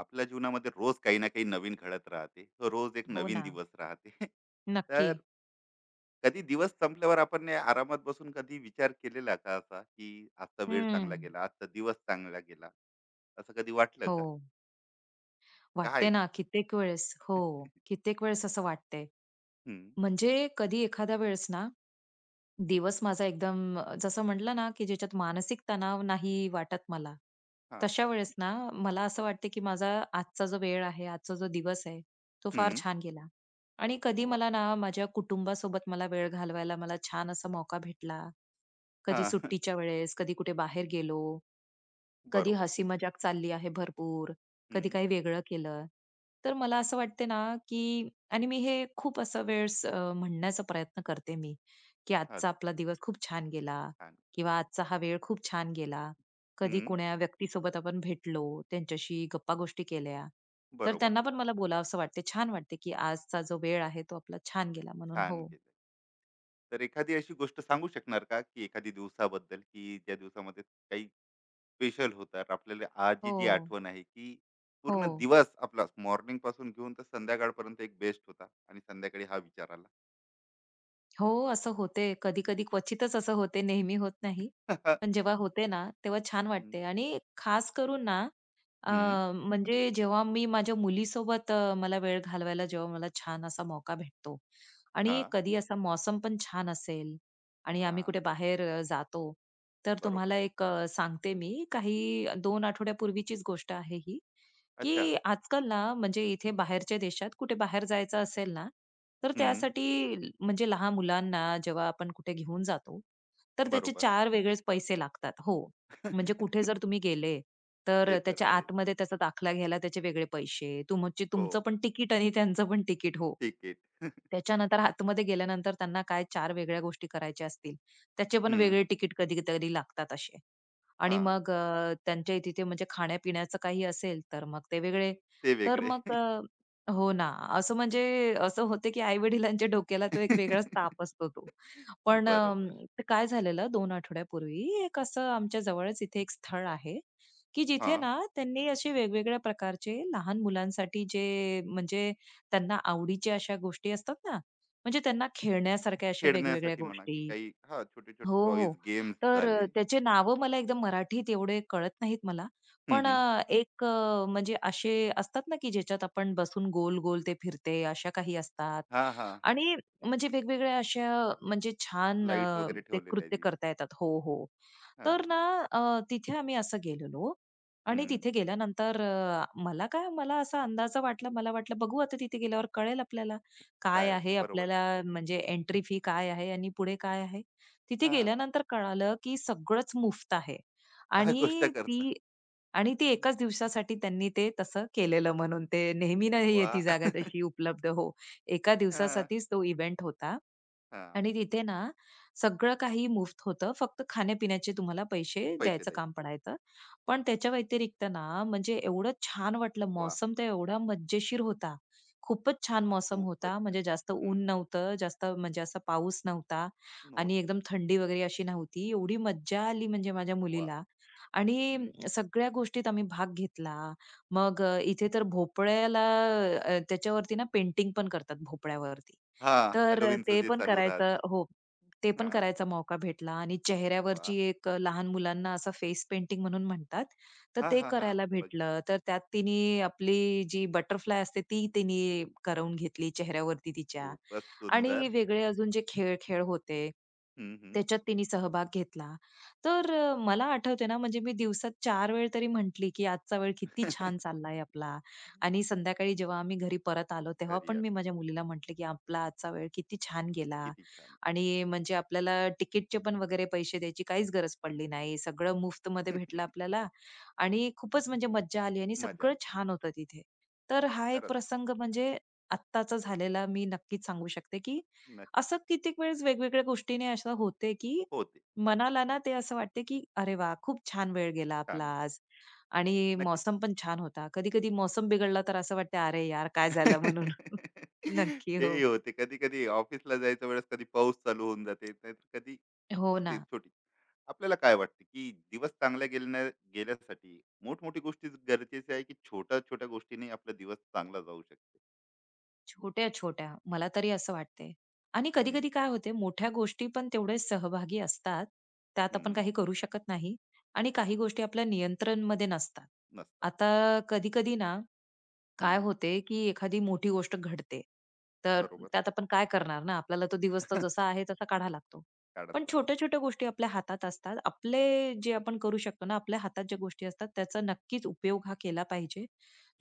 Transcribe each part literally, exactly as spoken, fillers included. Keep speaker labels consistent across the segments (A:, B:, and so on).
A: आपल्या जीवनामध्ये रोज काही ना काही नवीन घडत राहते. रोज एक
B: हो
A: नवीन
B: ना,
A: दिवस राहते.
B: नक्की.
A: तर कधी दिवस संपल्यावर आपण ने आरामात बसून कधी विचार केलेला का असा, की आजचा वेळ
B: हं.
A: चांगला गेला, आजचा दिवस चांगला गेला, असं कधी वाटलं
B: हो.
A: का?
B: वाटते
A: काय?
B: ना कित्येक वेळेस हो, कित्येक वेळेस असं वाटते,
A: हम्म,
B: म्हणजे कधी एखाद्या वेळेस ना, दिवस माझा एकदम अ, जसं म्हटलं ना, की ज्याच्यात मानसिक तणाव नाही वाटत मला.
A: हा,
B: तशा वेळेस ना, मला असं वाटतं, की माझा आजचा जो वेळ आहे, आजचा जो दिवस आहे, तो फार
A: हम्म,
B: छान गेला. आणि कधी
A: वा,
B: मला ना, माझ्या कुटुंबासोबत मला वेळ घालवायला मला छान असा मौका भेटला.
A: हा,
B: कधी सुट्टीच्या वेळेस, कधी कुठे बाहेर गेलो. कधी
A: बरोबर.
B: हसी-मजाक चालली आहे भरपूर, कधी
A: हम्म,
B: काही वेगळं केलं. तर मला असं वाटते ना, की आणि मी हे खूप असं वेळेस अ, म्हणण्याचा प्रयत्न करते मी, की
A: हा,
B: आजचा आपला दिवस खूप छान गेला
A: छान.
B: किंवा आजचा हा वेळ खूप छान गेला. कधी
A: हम्म,
B: कुण्या व्यक्तीसोबत आपण भेटलो, त्यांच्याशी गप्पा-गोष्टी केल्या, तर
A: बरोबर.
B: त्यांना पण मला बोलावसं वाटते. छान वाटते, की आजचा जो वेळ आहे तो आपला छान गेला म्हणून.
A: छान
B: हो.
A: केलं. तर एखादी अशी गोष्ट सांगू शकणार का, की एखादी दिवसाबद्दल की ज्या दिवसामध्ये काही स्पेशल होतात. आपल्याला आजची जी
B: हो,
A: आठवण आहे, की
B: हो.
A: पूर्ण दिवस आपला मॉर्निंग पासून घेऊन तर संध्याकाळपर्यंत एक बेस्ट होता आणि संध्याकाळी हा विचार आला.
B: हो, असं होते. कधी-कधी क्वचितच असं होते, नेहमी होत नाही. पण जेव्हा होते ना, तेव्हा छान
A: हं,
B: वाटते आणि खास करून ना, अ,
A: हं,
B: म्हणजे जेव्हा मी माझ्या मुलीसोबत अ, मला वेळ घालवायला जेव्हा मला छान असा मौका भेटतो आणि
A: हां,
B: कधी असा मौसम पण छान असेल आणि आम्ही
A: हां,
B: कुठे बाहेर अ, जातो, तर
A: बरोबर.
B: तुम्हाला एक अ, सांगते मी, काही दोन आठवड्यापूर्वीचीच गोष्ट आहे ही,
A: अच्छा.
B: की आजकाल ना, म्हणजे इथे बाहेरच्या देशात कुठे बाहेर जायचं असेल ना, तर
A: हं,
B: त्यासाठी ल- म्हणजे लहान मुलांना जेव्हा आपण कुठे घेऊन जातो, तर त्याचे
A: बरोबर.
B: चार वेगळेच पैसे लागतात. हो. म्हणजे कुठे जर तुम्ही गेले,
A: ते
B: तर
A: तर
B: त्याच्या
A: आहे.
B: आतमध्ये त्याचा दाखला घ्यायला त्याचे वेगळे पैसे, तुमचे
A: हो,
B: तुमचं पण तिकीट आणि त्यांचं पण तिकीट हो.
A: तिकीट.
B: त्याच्यानंतर आतमध्ये गेल्यानंतर त्यांना काय चार वेगळ्या गोष्टी करायच्या असतील, त्याचे पण
A: हं,
B: वेगळे तिकीट कधी-कधी लागतात असे. आणि
A: हां,
B: मग अ, त्यांच्या तिथे म्हणजे खाण्यापिण्याचं काही असेल तर मग ते वेगळे.
A: ते
B: तर
A: वेगळे.
B: मग अ, हो ना, असं म्हणजे असं होते की आई-वडिलांच्या डोक्याला तो एक वेगळाच ताप असतो तो. पण अ,
A: बरोबर.
B: ते काय झालेलं दोन आठवड्यापूर्वी एक असं आमच्या जवळच इथे एक स्थळ आहे, की जिथे
A: हां,
B: ना त्यांनी असे वेगवेगळ्या प्रकारचे लहान मुलांसाठी जे म्हणजे त्यांना आवडीच्या अशा गोष्टी असतात ना, म्हणजे त्यांना खेळण्यासारख्या अशा वेगवेगळ्या
A: खेळण्यासाठी म्हणा, की
B: गोष्टी
A: काही हां, छोटे-छोटे
B: हो, हो.
A: टॉयज गेम्स
B: तर अ,
A: झाले.
B: त्याचे नावं मला एकदम मराठीत एवढे कळत नाहीत मला.
A: हं,
B: पण
A: हं.
B: अ, एक अ, म्हणजे असे असतात ना, की ज्याच्यात आपण बसून गोल-गोल ते फिरते, अशा काही असतात.
A: हां, हां.
B: आणि म्हणजे वेगवेगळ्या अशा म्हणजे छान
A: लाईट्स
B: अ,
A: वगैरे
B: ते
A: ठेवलेल्या
B: कृत्य
A: आहेत.
B: करता येतात. हो, हो. तर
A: हां,
B: ना अ, तिथे आम्ही असं गेलेलो आणि
A: हं.
B: तिथे गेल्यानंतर अ, मला काय मला असा अंदाजा वाटला. मला वाटलं बघू आता तिथे गेल्यावर कळेल आपल्याला, काय
A: काय होते?
B: आहे
A: बरोबर.
B: आपल्याला म्हणजे एंट्री फी काय आहे आणि पुढे काय आहे. तिथे
A: हा,
B: गेल्यानंतर कळालं, की सगळंच मुफ्त आहे
A: काय गोष्ट
B: आणि
A: करता.
B: ती आणि ती
A: हम्म.
B: एकाच दिवसासाठी त्यांनी ते तसं केलेलं म्हणून ते नेहमी नाही आहे
A: वा.
B: ती जागा तशी उपलब्ध. हो. एका
A: हा,
B: दिवसासाठीच तो इव्हेंट होता.
A: हा.
B: आणि तिथे ना सगळं काही मुफ्त होतं. फक्त खाण्यापिण्याचे तुम्हाला पैसे
A: पैसे
B: द्यायचं काम
A: द्यायचे.
B: पडायचं. पण त्याच्या व्यतिरिक्त ना म्हणजे एवढं छान वाटलं.
A: वा,
B: मौसम तर एवढा मजेशीर होता. खूपच छान मौसम
A: खूप
B: होता.
A: अच्छा.
B: म्हणजे जास्त ऊन
A: हम्म,
B: नव्हतं, जास्त म्हणजे असा पाऊस नव्हता
A: नोट.
B: आणि एकदम थंडी वगैरे अशी नव्हती. एवढी मज्जा आली म्हणजे माझ्या
A: वा.
B: मुलीला. आणि
A: हम्म.
B: सगळ्या गोष्टीत आम्ही भाग घेतला. मग अ, इथे तर भोपळ्याला अ, त्याच्यावरती ना पेंटिंग पण करतात भोपळ्यावरती.
A: हा.
B: तर अ,
A: हॅलोविनचं
B: ते
A: जे
B: पण
A: चालू
B: करायचं
A: राहते.
B: हो. ते पण
A: हा,
B: करायचा मौका भेटला आणि
A: वा,
B: चेहऱ्यावरची एक अ, लहान मुलांना असं फेस पेंटिंग म्हणून म्हणतात. तर
A: हा
B: ते
A: हा हा,
B: करायला
A: बघ,
B: भेटलं. तर त्यात तिने आपली जी बटरफ्लाय असते ती तिने करवून घेतली चेहऱ्यावरती तिच्या.
A: खूपच सुंदर.
B: आणि वेगळे अजून जे खेळ-खेळ होते,
A: हम्म, हम्म.
B: त्याच्यात तिने सहभाग घेतला. तर अ, मला आठवते ना, म्हणजे मी दिवसात चार वेळ तरी म्हटली, की आजचा वेळ किती छान चाललाय आपला. आणि संध्याकाळी जेव्हा आम्ही घरी परत आलो, तेव्हा
A: घरी
B: पण मी
A: आलो.
B: माझ्या मुलीला म्हटले, की आपला आजचा वेळ किती छान गेला.
A: किती छान.
B: आणि म्हणजे आपल्याला तिकीटचे पण वगैरे पैसे द्यायची काहीच गरज पडली नाही. सगळं मुफ्तमध्ये भेटलं आपल्याला आणि खूपच म्हणजे मज्जा आली आणि
A: मजा
B: सगळं
A: आली.
B: छान होतं तिथे. तर हा एक
A: खरंच.
B: प्रसंग म्हणजे आत्ताचा झालेला मी नक्कीच सांगू शकते, की
A: नक्की.
B: असं कित्येक वेळेस वेगवेगळ्या गोष्टीने असं होते, की
A: होते.
B: मनाला ना ते असं वाटते, की "अरे वा, खूप छान वेळ गेला आपला
A: छान.
B: आज." आणि
A: नक्की.
B: मौसम पण छान होता. कधी-कधी मौसम बिघडला तर असं वाटतं, "अरे यार! काय झालं?" म्हणून. नक्की, हो.
A: तेही होते. कधी-कधी ऑफिसला जायच्या वेळेस कधी पाऊस चालू होऊन जाते, नाहीतर कधी
B: हो
A: होते
B: ना.
A: छोटी. आपल्याला काय वाटते, की दिवस चांगल्या गेल्या, गेल्यासाठी मोठमोठी गोष्टी गरजेची आहे, की छोट्या-छोट्या गोष्टीने आपला दिवस चांगला जाऊ शकते?
B: छोट्या-छोट्या मला तरी असं वाटते. आणि
A: हं,
B: कधी-कधी काय होते, मोठ्या गोष्टी पण तेवढेच सहभागी असतात. त्यात आपण
A: हं,
B: काही करू शकत नाही आणि काही गोष्टी आपल्या नियंत्रणमध्ये नसतात.
A: नसतात.
B: आता कधी-कधी ना काय
A: हं,
B: होते, की एखादी मोठी गोष्ट घडते. तर
A: बरोबर.
B: त्यात आपण काय करणार ना, आपल्याला तो दिवस तर जसा आहे तसा काढावा लागतो.
A: काढाच
B: पण
A: लागतो.
B: छोट्या-छोट्या गोष्टी आपल्या हातात असतात. आपले जे आपण करू शकतो ना, आपल्या हातात ज्या गोष्टी असतात त्याचा नक्कीच उपयोग हा केला पाहिजे.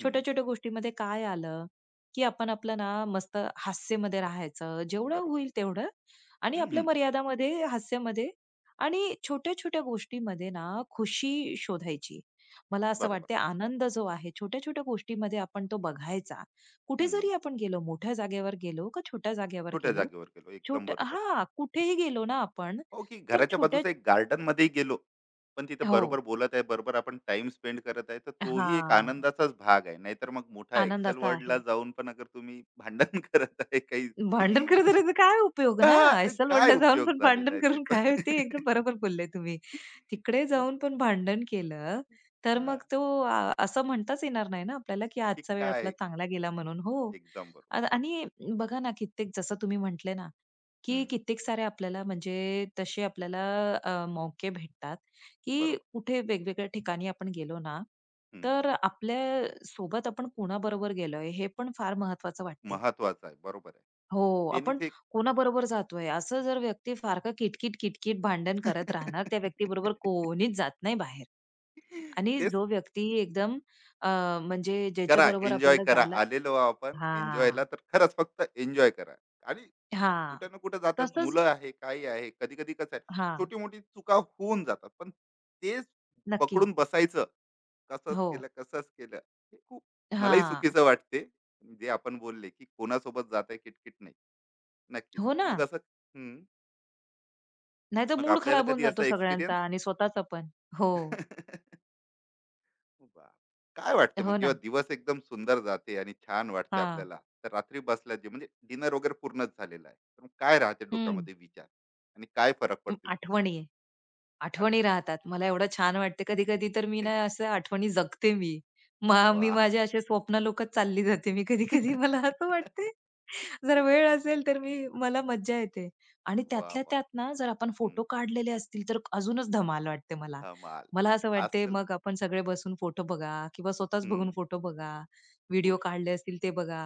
B: छोट्या-छोट्या गोष्टीमध्ये काय आलं, की आपण आपलं ना मस्त हास्यमध्ये राहायचं, जेवढं
A: बरोबर.
B: होईल तेवढं आणि
A: हं,
B: आपल्या
A: हं,
B: मर्यादामध्ये, हास्यामध्ये आणि छोट्या-छोट्या गोष्टीमध्ये ना खुशी शोधायची. मला असं
A: बरोबर.
B: वाटते आनंद जो आहे छोट्या-छोट्या गोष्टीमध्ये आपण तो बघायचा. कुठे
A: हं,
B: जरी आपण गेलो, मोठ्या जागेवर गेलो का छोट्या जागेवर
A: छोट्या
B: गेलो,
A: जागेवर गेलो. एकदम
B: छोट
A: बरोबर.
B: हां, कुठेही गेलो ना आपण,
A: हो, की
B: तर
A: घराच्या
B: छोट्या
A: बाजूचं एक गार्डन मध्ये गेलो, पण तिथे
B: हो.
A: बरोबर बोलत आहे, बरोबर आपण टाइम स्पेंड करत आहे, तर तोही एक
B: हां,
A: आनंदाचाच भाग आहे. नाहीतर मग मोठा एक्सेल
B: आनंदाचा
A: वर्डला
B: आहे.
A: जाऊन पण अगर तुम्ही भांडण करत आहे काही.
B: भांडण करत राहायचा काय उपयोग ना?
A: हां, काय
B: ऐसलवडला जाऊन
A: उपयोग
B: पण
A: झालेला
B: भांडण
A: आहे
B: करून काय ते
A: त्याचा?
B: एकदम बरोबर बोलले तुम्ही. तिकडे जाऊन पण भांडण केलं, तर
A: हां,
B: मग तो अ, असं म्हणताच येणार नाही ना आपल्याला, की
A: की
B: आजचा वेळ आपला
A: काय,
B: चांगला गेला म्हणून. हो.
A: एकदम बरोबर.
B: आ आणि बघा ना कित्येक जसं तुम्ही म्हटले ना, की
A: हं,
B: कित्येक सारे आपल्याला म्हणजे तसे आपल्याला अ, मौके भेटतात, की
A: बरोबर.
B: कुठे वेगवेगळ्या ठिकाणी आपण गेलो ना,
A: हं,
B: तर आपल्या सोबत आपण कोणाबरोबर गेलोय हे पण फार महत्वाचं वाटते.
A: महत्वाचं आहे. बरोबर आहे.
B: हो, आपण
A: त्यानेच एक.
B: कोणाबरोबर जातोय असं जर व्यक्ती सारखं किटकिट-किटकिट भांडण करत राहणार, त्या व्यक्तीबरोबर कोणीच जात नाही बाहेर. आणि
A: तेच
B: जो व्यक्ती एकदम अ, म्हणजे
A: करा,
B: ज्याच्याबरोबर
A: एन्जॉय
B: आपल्याला
A: करा.
B: जायला
A: आलेलो आहो आपण
B: हां,
A: एन्जॉयला, तर खरंच फक्त एन्जॉय करा. आणि
B: हां.
A: कुठे ना कुठे जातात
B: तसंच
A: मुलं आहे, काही आहे. कधी-कधी कसं आहे,
B: हां,
A: छोटी-मोठी चुका होऊन जातात. पण तेच
B: नक्की.
A: पकडून बसायचं, कसंच
B: हो.
A: केलं, कसंच केलं, हे खूप मलाही
B: हां.
A: चुकीचं वाटते. जे आपण बोलले, की कोणासोबत जात आहे, किटकिट नाही. नक्कीच.
B: हो
A: तर
B: ना.
A: मग असं. हं.
B: नाहीतर
A: मग
B: मूड
A: आपल्याला
B: खराब होऊन
A: कधी असा
B: जातो
A: एक्सपिरियन्स?
B: सगळ्यांचा आणि स्वतःचा पण. हो.
A: बाप! काय वाटते मग
B: हो
A: जेव्हा
B: ना.
A: दिवस एकदम सुंदर जाते आणि छान वाटते
B: हां.
A: आपल्याला, तर रात्री बसल्या जे म्हणजे डिनर वगैरे पूर्णच झालेलं आहे. तर मग काय राहते
B: हं.
A: डोक्यामध्ये विचार आणि काय फरक पडते?
B: आठवणी. आठवणी
A: आठवणी?
B: राहतात. मला एवढं छान वाटते कधी-कधी तर मी ना असं आठवणी जगते मी. मग मी
A: वाह!
B: माझ्या असे स्वप्नालोकात चालली जाते मी कधी-कधी मला असं वाटते, जर वेळ असेल तर मी मला मज्जा येते. आणि
A: वाह,
B: त्यातल्या
A: वाह!
B: त्यात ना जर आपण
A: हं,
B: फोटो काढलेले असतील तर अजूनच धमाल वाटते मला.
A: धमाल.
B: मला असं वाटते
A: आजकाल
B: मग आपण सगळे बसून फोटो बघा किंवा स्वतःच
A: हं,
B: बघून फोटो बघा, व्हिडिओ
A: खुश.
B: काढले असतील ते बघा.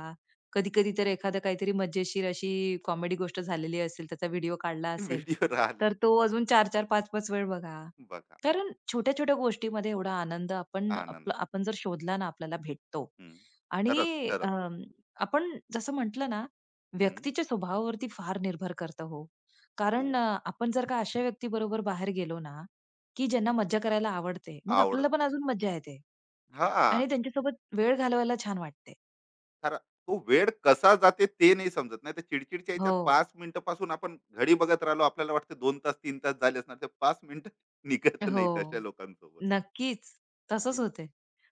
B: कधी-कधी तर एखादं काहीतरी मजेशीर अशी कॉमेडी गोष्ट झालेली असेल, त्याचा व्हिडिओ काढला असेल,
A: व्हिडिओ राहिला.
B: तर तो अजून चार चार, पाच पाच वेळ बघा.
A: बघा,
B: कारण छोट्या-छोट्या गोष्टीमध्ये एवढा आनंद आपण
A: आनंद.
B: आपला आपण जर शोधला ना आपल्याला भेटतो.
A: हं,
B: आणि
A: खरंच,
B: अ,
A: खरंच.
B: आपण जसं म्हटलं ना,
A: हं,
B: व्यक्तीच्या स्वभावावरती फार निर्भर करतं हो.
A: खूप
B: कारण अ, आपण जर का अशा व्यक्तीबरोबर बाहेर गेलो ना, की ज्यांना मज्जा करायला आवडते, मग आपल्याला
A: आवडत.
B: पण अजून मज्जा येते
A: हां.
B: आणि त्यांच्यासोबत वेळ घालवायला छान वाटते.
A: खरा तो वेळ कसा जाते ते नाही समजत नाही तर चिडचिडच्या याच्यात
B: हो.
A: पाच मिनिटं पासून आपण घडी बघत राहिलो आपल्याला वाटतं दोन तास तीन तास झाले असणार ते पाच मिनिटं. निघत नाहीत
B: हो.
A: अशा लोकांसोबत.
B: नक्कीच.
A: आणि
B: तसंच होते.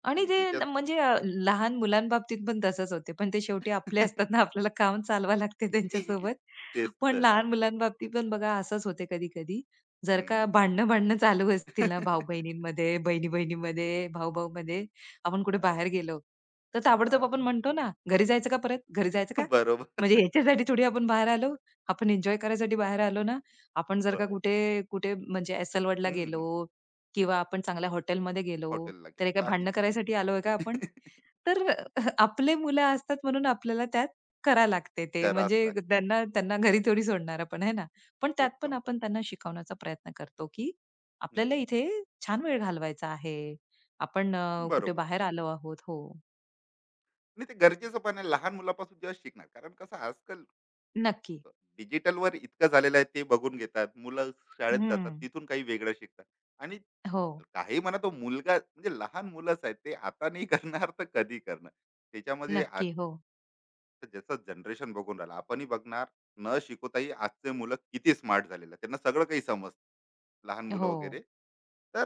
B: आणि
A: आणि
B: ते
A: ज्याच्यात.
B: न म्हणजे अ, लहान मुलांबाबतीत पण तसंच होते. पण ते शेवटी आपले असतात ना, आपल्याला काम चालवावं लागते त्यांच्यासोबत.
A: तेच
B: पण
A: तर
B: लहान
A: आहे.
B: मुलांबाबतीत पण बघा असंच होते कधी-कधी. जर
A: हम्म.
B: का भांडणं-भांडणं चालू असतील ना भाऊ-बहिणींमध्ये, बहिणी-बहिणीमध्ये, भाऊ-भाऊमध्ये, आपण कुठे
A: हा,
B: बाहेर गेलो, तर ताबडतोब
A: हा.
B: आपण म्हणतो ना, "घरी जायचं का परत? घरी जायचं का?" म्हणजे
A: बरोबर.
B: ह्याच्यासाठी थोडी आपण बाहेर आलो. आपण एन्जॉय करायसाठी बाहेर आलो ना. आपण जर का
A: बर.
B: कुठे कुठे म्हणजे एस
A: हम्म, हम्म.
B: गेलो किंवा आपण चांगल्या हॉटेलमध्ये गेलो,
A: हॉटेलला
B: तर
A: गेलो
B: एका
A: काही.
B: भांडणं करायसाठी आलोय का आपण? तर आपले मुलं असतात म्हणून आपल्याला त्यात करा लागते ते.
A: कराच
B: म्हणजे
A: लागते
B: त्यांना त्यांना घरी थोडी सोडणार आपण, आहे ना? पण त्यात पण
A: एकदम.
B: आपण त्यांना शिकवण्याचा प्रयत्न करतो, की
A: हम्म.
B: आपल्याला इथे छान वेळ घालवायचा आहे. आपण अ, कुठे
A: बरोबर.
B: बाहेर आलो आहोत. हो,
A: आणि ते गरजेचं पण आहे लहान मुलापासून जेव्हा शिकणार कारण कसं आजकाल
B: नक्की.
A: डिजिटल वर इतकं झालेलं आहे ते बघून घेतात मुलं, शाळेत जातात
B: हं.
A: तिथून काही वेगळं शिकतात. आणि
B: हो.
A: काही म्हणा तो मुलगा म्हणजे लहान मुलंच आहे, ते आता नाही करणार तर कधी करणार? त्याच्यामध्ये आज
B: नक्की. हो.
A: जसं जनरेशन बघून राहिलं आपणही बघणार. न शिकवताही आजचे मुलं किती स्मार्ट झालेलं आहे. त्यांना सगळं काही समजतं लहान मुलं
B: हो.
A: वगैरे. तर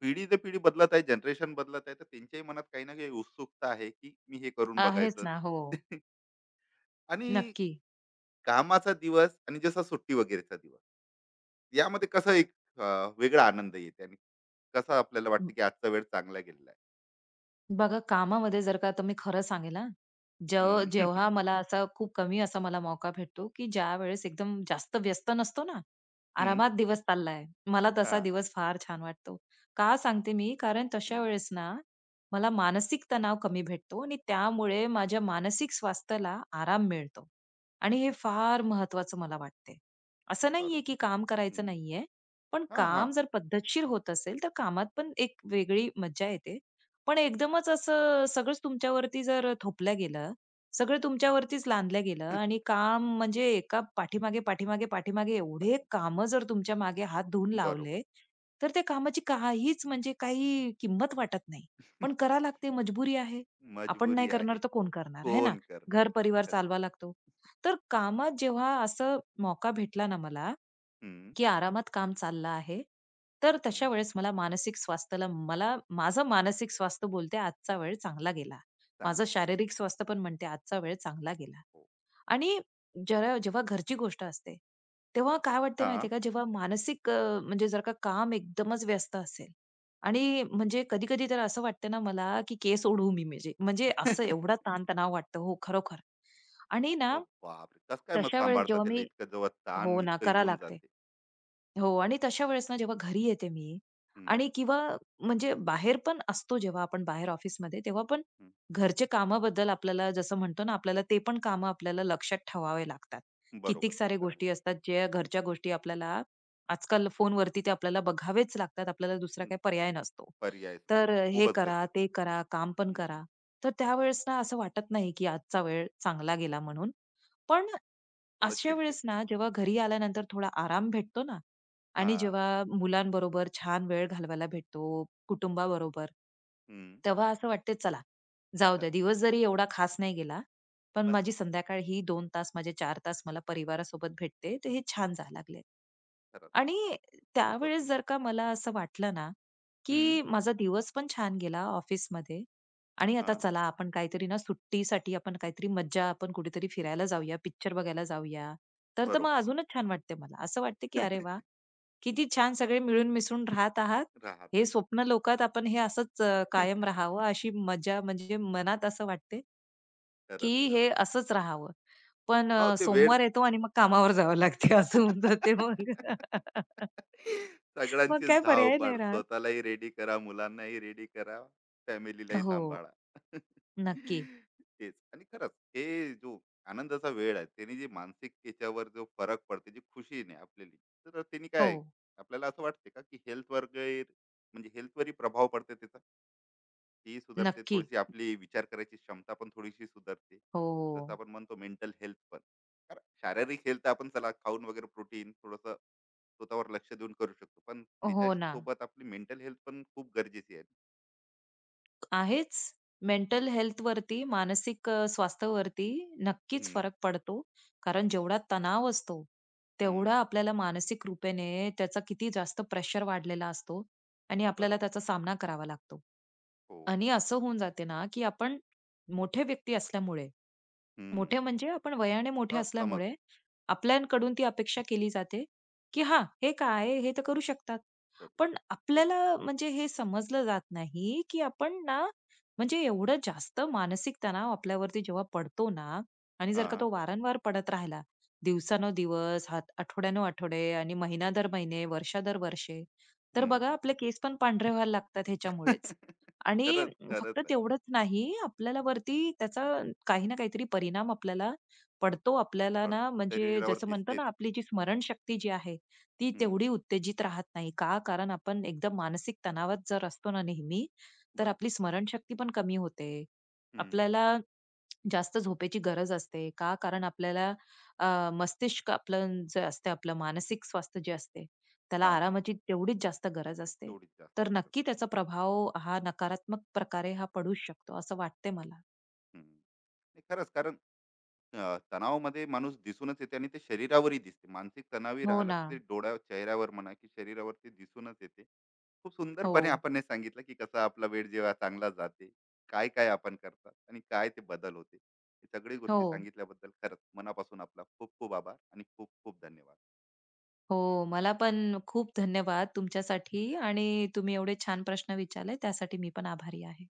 A: पिढी ते पिढी बदलत आहे, जनरेशन बदलत आहे, तर त्यांच्याही मनात काही ना काही उत्सुकता आहे की मी हे करून
B: अ,
A: बघायचं.
B: ना. हो.
A: आणि
B: नक्की.
A: कामाचा दिवस आणि जसा सुट्टी वगैरेचा दिवस, यामध्ये कसा एक अ, वेगळा आनंद येते आणि कसा आपल्याला वाटतं की आजचा वेळ चांगला गेलेला आहे?
B: बघा, कामामध्ये जर का तुम्ही खरं सांगेल हां, जेव
A: हम्म,
B: जेव्हा मला असा खूप कमी असा मला मौका भेटतो, की ज्यावेळेस एकदम जास्त व्यस्त नसतो ना,
A: हम्म,
B: आरामात दिवस चाललाय. मला तसा
A: हा,
B: दिवस फार छान वाटतो. का
A: वा,
B: सांगते मी? कारण तशा
A: हम्म,
B: वेळेस ना, मला मानसिक तणाव कमी भेटतो आणि त्यामुळे माझ्या मानसिक स्वास्थ्याला आराम मिळतो आणि हे फार महत्वाचं मला वाटते. असं नाहीये, की
A: बरोबर.
B: काम करायचं
A: हम्म,
B: नाहीये, पण
A: हा, हा.
B: काम जर पद्धतशीर होत असेल, तर कामात पण एक वेगळी मज्जा येते पण एकदमच असं सगळंच तुमच्यावरती जर थोपलं गेलं, सगळं तुमच्यावरतीच लादलं गेलं आणि काम म्हणजे एका पाठीमागे, पाठीमागे, पाठीमागे एवढे
A: पाठी-,
B: कामं जर तुमच्या मागे हात धुवून
A: बरोबर.
B: लावले, तर त्या कामाची काहीच म्हणजे काही किंमत वाटत नाही. पण करावं लागते, मजबुरी आहे. आपण
A: मजबुरी
B: नाही करणार
A: आहे.
B: तर कोण करणार, है ना?
A: कोण
B: घर
A: करणार.
B: परिवार
A: खरंच.
B: चालवा लागतो. तर कामात जेव्हा असं मौका भेटला ना मला
A: हम्म,
B: की आरामात काम चाललं आहे. तर तशा
A: हम्म,
B: वेळेस मला मानसिक स्वास्थ्याला मला माझं मानसिक स्वास्थ्य बोलते आजचा वेळ चांगला गेला. माझं
A: चांगला गेला.
B: शारीरिक स्वास्थ्य पण म्हणते आजचा वेळ चांगला गेला.
A: हो.
B: आणि जरा जेव्हा घरची गोष्ट असते, तेव्हा काय वाटते
A: हा.
B: माहितीये का, जेव्हा मानसिक अ, म्हणजे जर का काम एकदमच व्यस्त असेल आणि म्हणजे कधी-कधी तर असं वाटतं ना मला, की केस ओढू मी म्हणजे. म्हणजे असं एवढा ताणतणाव वाटतो. हो, खरोखर. आणि ना
A: अ, बापरे, कस काय मग
B: तशा वेळेस
A: सांभाळता
B: जेव्हा
A: त्याला
B: मी
A: इतकं जेव्हा ताण
B: हो ना,
A: इतकं
B: करा
A: येऊन
B: लागते.
A: जाते?
B: हो आणि तशा वेळेस ना जेव्हा घरी येते मी
A: हम्म,
B: आणि किंवा म्हणजे बाहेर पण असतो जेव्हा आपण बाहेर ऑफिसमध्ये तेव्हा पण
A: हम्म,
B: घरचे कामाबद्दल आपल्याला जसं म्हणतो ना आपल्याला ते पण कामं आपल्याला लक्षात ठेवावे लागतात.
A: बरोबर.
B: कितीक
A: ते
B: सारे
A: तर आहे.
B: गोष्टी असतात ज्या घरच्या गोष्टी आपल्याला आजकाल फोनवरती ते आपल्याला बघावेच लागतात. आपल्याला दुसरा काही पर्याय नसतो.
A: पर्यायच नाही.
B: तर हे
A: खूपच
B: करा,
A: गरजेचं.
B: ते करा, काम पण
A: हम्म,
B: करा. तर त्यावेळेस ना असं वाटत नाही की आजचा वेळ चांगला गेला म्हणून. पण
A: थोडं
B: अशा
A: चिडचिड.
B: वेळेस ना जेव्हा घरी आल्यानंतर थोडा आराम भेटतो ना आणि
A: हा,
B: जेव्हा मुलांबरोबर छान वेळ घालवायला भेटतो, कुटुंबाबरोबर,
A: हम्म,
B: तेव्हा असं वाटते चला जाऊ
A: चल,
B: द्या दिवस जरी एवढा खास नाही गेला, पण
A: पण
B: माझी संध्याकाळ ही दोन तास, माझे चार तास मला परिवारासोबत भेटते, तर हे छान जायला लागले.
A: खरंच
B: आणि
A: खूपच
B: त्यावेळेस जर
A: सुंदर.
B: का मला असं वाटलं ना,
A: हम्म,
B: की माझा दिवस पण छान गेला ऑफिसमध्ये आणि
A: हा,
B: आता चला आपण काहीतरी ना सुट्टीसाठी आपण काहीतरी मज्जा आपण कुठेतरी फिरायला जाऊया, पिक्चर बघायला जाऊया. तर तर मग
A: बरोबर.
B: अजूनच छान वाटते मला. असं वाटते की अरे वाह! किती छान सगळे मिळून मिसळून राहत आहात.
A: राहत
B: हे स्वप्न लोकात आपण हे असंच अ,
A: आहे.
B: कायम राहावं अशी मजा म्हणजे मनात असं वाटते की
A: खरंच,
B: हे
A: खरंच.
B: असंच राहावं. पण
A: अहो
B: अ,
A: ते वेळ,
B: सोमवार येतो आणि मग कामावर जावं लागते असं होऊन जाते मग. मग
A: सगळ्यांचीच
B: काय पर्याय
A: धावपळ,
B: नाही राहत.
A: स्वतःलाही रेडी करा, मुलांनाही रेडी करा, फॅमिलीलाही
B: हो,
A: सांभाळा.
B: नक्की.
A: तेच. आणि खरंच हे जो आनंदाचा वेळ आहे त्याने जी मानसिक याच्यावर जो फरक पडते, जी खुशी नाही आपल्याली, तर त्यांनी
B: हो,
A: काय आपल्याला असं वाटते का की हेल्थ वर गैर, म्हणजे हेल्थवरही प्रभाव पडते त्याचा? ती सुधारते
B: नक्की.
A: थोडीशी, आपली विचार करायची क्षमता पण थोडीशी सुधारते,
B: हो,
A: जसं
B: हो.
A: आपण म्हणतो मेंटल हेल्थ. कारण शारीरिक हेल्थ आपण चला खाऊन वगैरे प्रोटीन थोडस स्वतःवर लक्ष देऊन करू शकतो, पण त्याच्या
B: हो ना.
A: सोबत आपली मेंटल हेल्थ पण खूप गरजेची आहे.
B: आहेच.
A: मग
B: मेंटल हेल्थ वरती, मानसिक अ, स्वास्थ्यावरती नक्कीच
A: हम्म,
B: फरक पडतो. कारण जेवढा तणाव असतो,
A: हम्म,
B: तेवढा आपल्याला मानसिक रूपेने त्याचा किती जास्त प्रेशर वाढलेला असतो आणि आपल्याला
A: बरोबर.
B: त्याचा सामना करावा लागतो.
A: हो,
B: आणि असं होऊन जाते ना, की आपण मोठे व्यक्ती असल्यामुळे,
A: हम्म,
B: मोठे म्हणजे आपण वयाने मोठे
A: हा, समज
B: असल्यामुळे, आपल्याकडून ती अपेक्षा केली जाते, की हां, हे काय हे तर करू शकतात.
A: करू.
B: पण
A: एक,
B: आपल्याला म्हणजे हे समजलं जात नाही, की आपण ना म्हणजे एवढं जास्त मानसिक तणाव आपल्यावरती जेव्हा पडतो ना आणि जर
A: हा,
B: का तो वारंवार पडत राहिला, दिवसानुदिवस, हात आठवड्यानुआठवडे आणि महिना दर महिने, वर्षा दर वर्षे, तर
A: हम्म.
B: बघा आपले केस पण पांढरे व्हायला लागतात ह्याच्यामुळेच. आणि
A: खरंच खरंच
B: फक्त
A: आहे.
B: तेवढंच नाही, आपल्याला वरती त्याचा काही ना काहीतरी परिणाम आपल्याला पडतो. आपल्याला ना
A: पडतो.
B: म्हणजे
A: शरीरावर
B: जसं म्हणतो
A: दिसते
B: ना,
A: ते.
B: आपली जी स्मरण शक्ती जी आहे, ती
A: हम्म,
B: तेवढी उत्तेजित राहत नाही. का? कारण आपण एकदम मानसिक तणावात जर असतो ना नेहमी, तर
A: बरोबर.
B: आपली स्मरणशक्ती पण कमी होते.
A: हम्म,
B: आपल्याला जास्त झोपेची गरज असते. का? कारण आपल्याला अ, मस्तिष्क आपलं जे असते, आपलं मानसिक स्वास्थ्य जे असते, त्याला
A: हा,
B: आरामाची तेवढीच जास्त गरज असते.
A: तेवढीच जास्त
B: तर
A: गरज
B: नक्की त्याचा
A: राहते.
B: प्रभाव हा नकारात्मक प्रकारे हा पडूच शकतो, असं वाटते मला.
A: हम्म. नाही, खरंच, कारण अ, तणावामध्ये माणूस दिसूनच येते आणि ते शरीरावरही दिसते. मानसिक तणावही
B: हो
A: राहिला
B: ना.
A: तर ते डोळ्या चेहऱ्यावर म्हणा की शरीरावरती दिसूनच येते. खूप
B: हो.
A: सुंदरपणे आपण हे सांगितलं की कसा आपला वेळ जेव्हा चांगला जाते, काय-काय आपण करतात आणि काय ते बदल होते. हे सगळी
B: हो.
A: गोष्टी सांगितल्याबद्दल खरंच मनापासून आपला खूप-खूप आभार आणि खूप-खूप धन्यवाद.
B: हो. मला पण खूप धन्यवाद तुमच्यासाठी आणि तुम्ही एवढे छान प्रश्न विचारले, त्यासाठी मी पण आभारी आहे.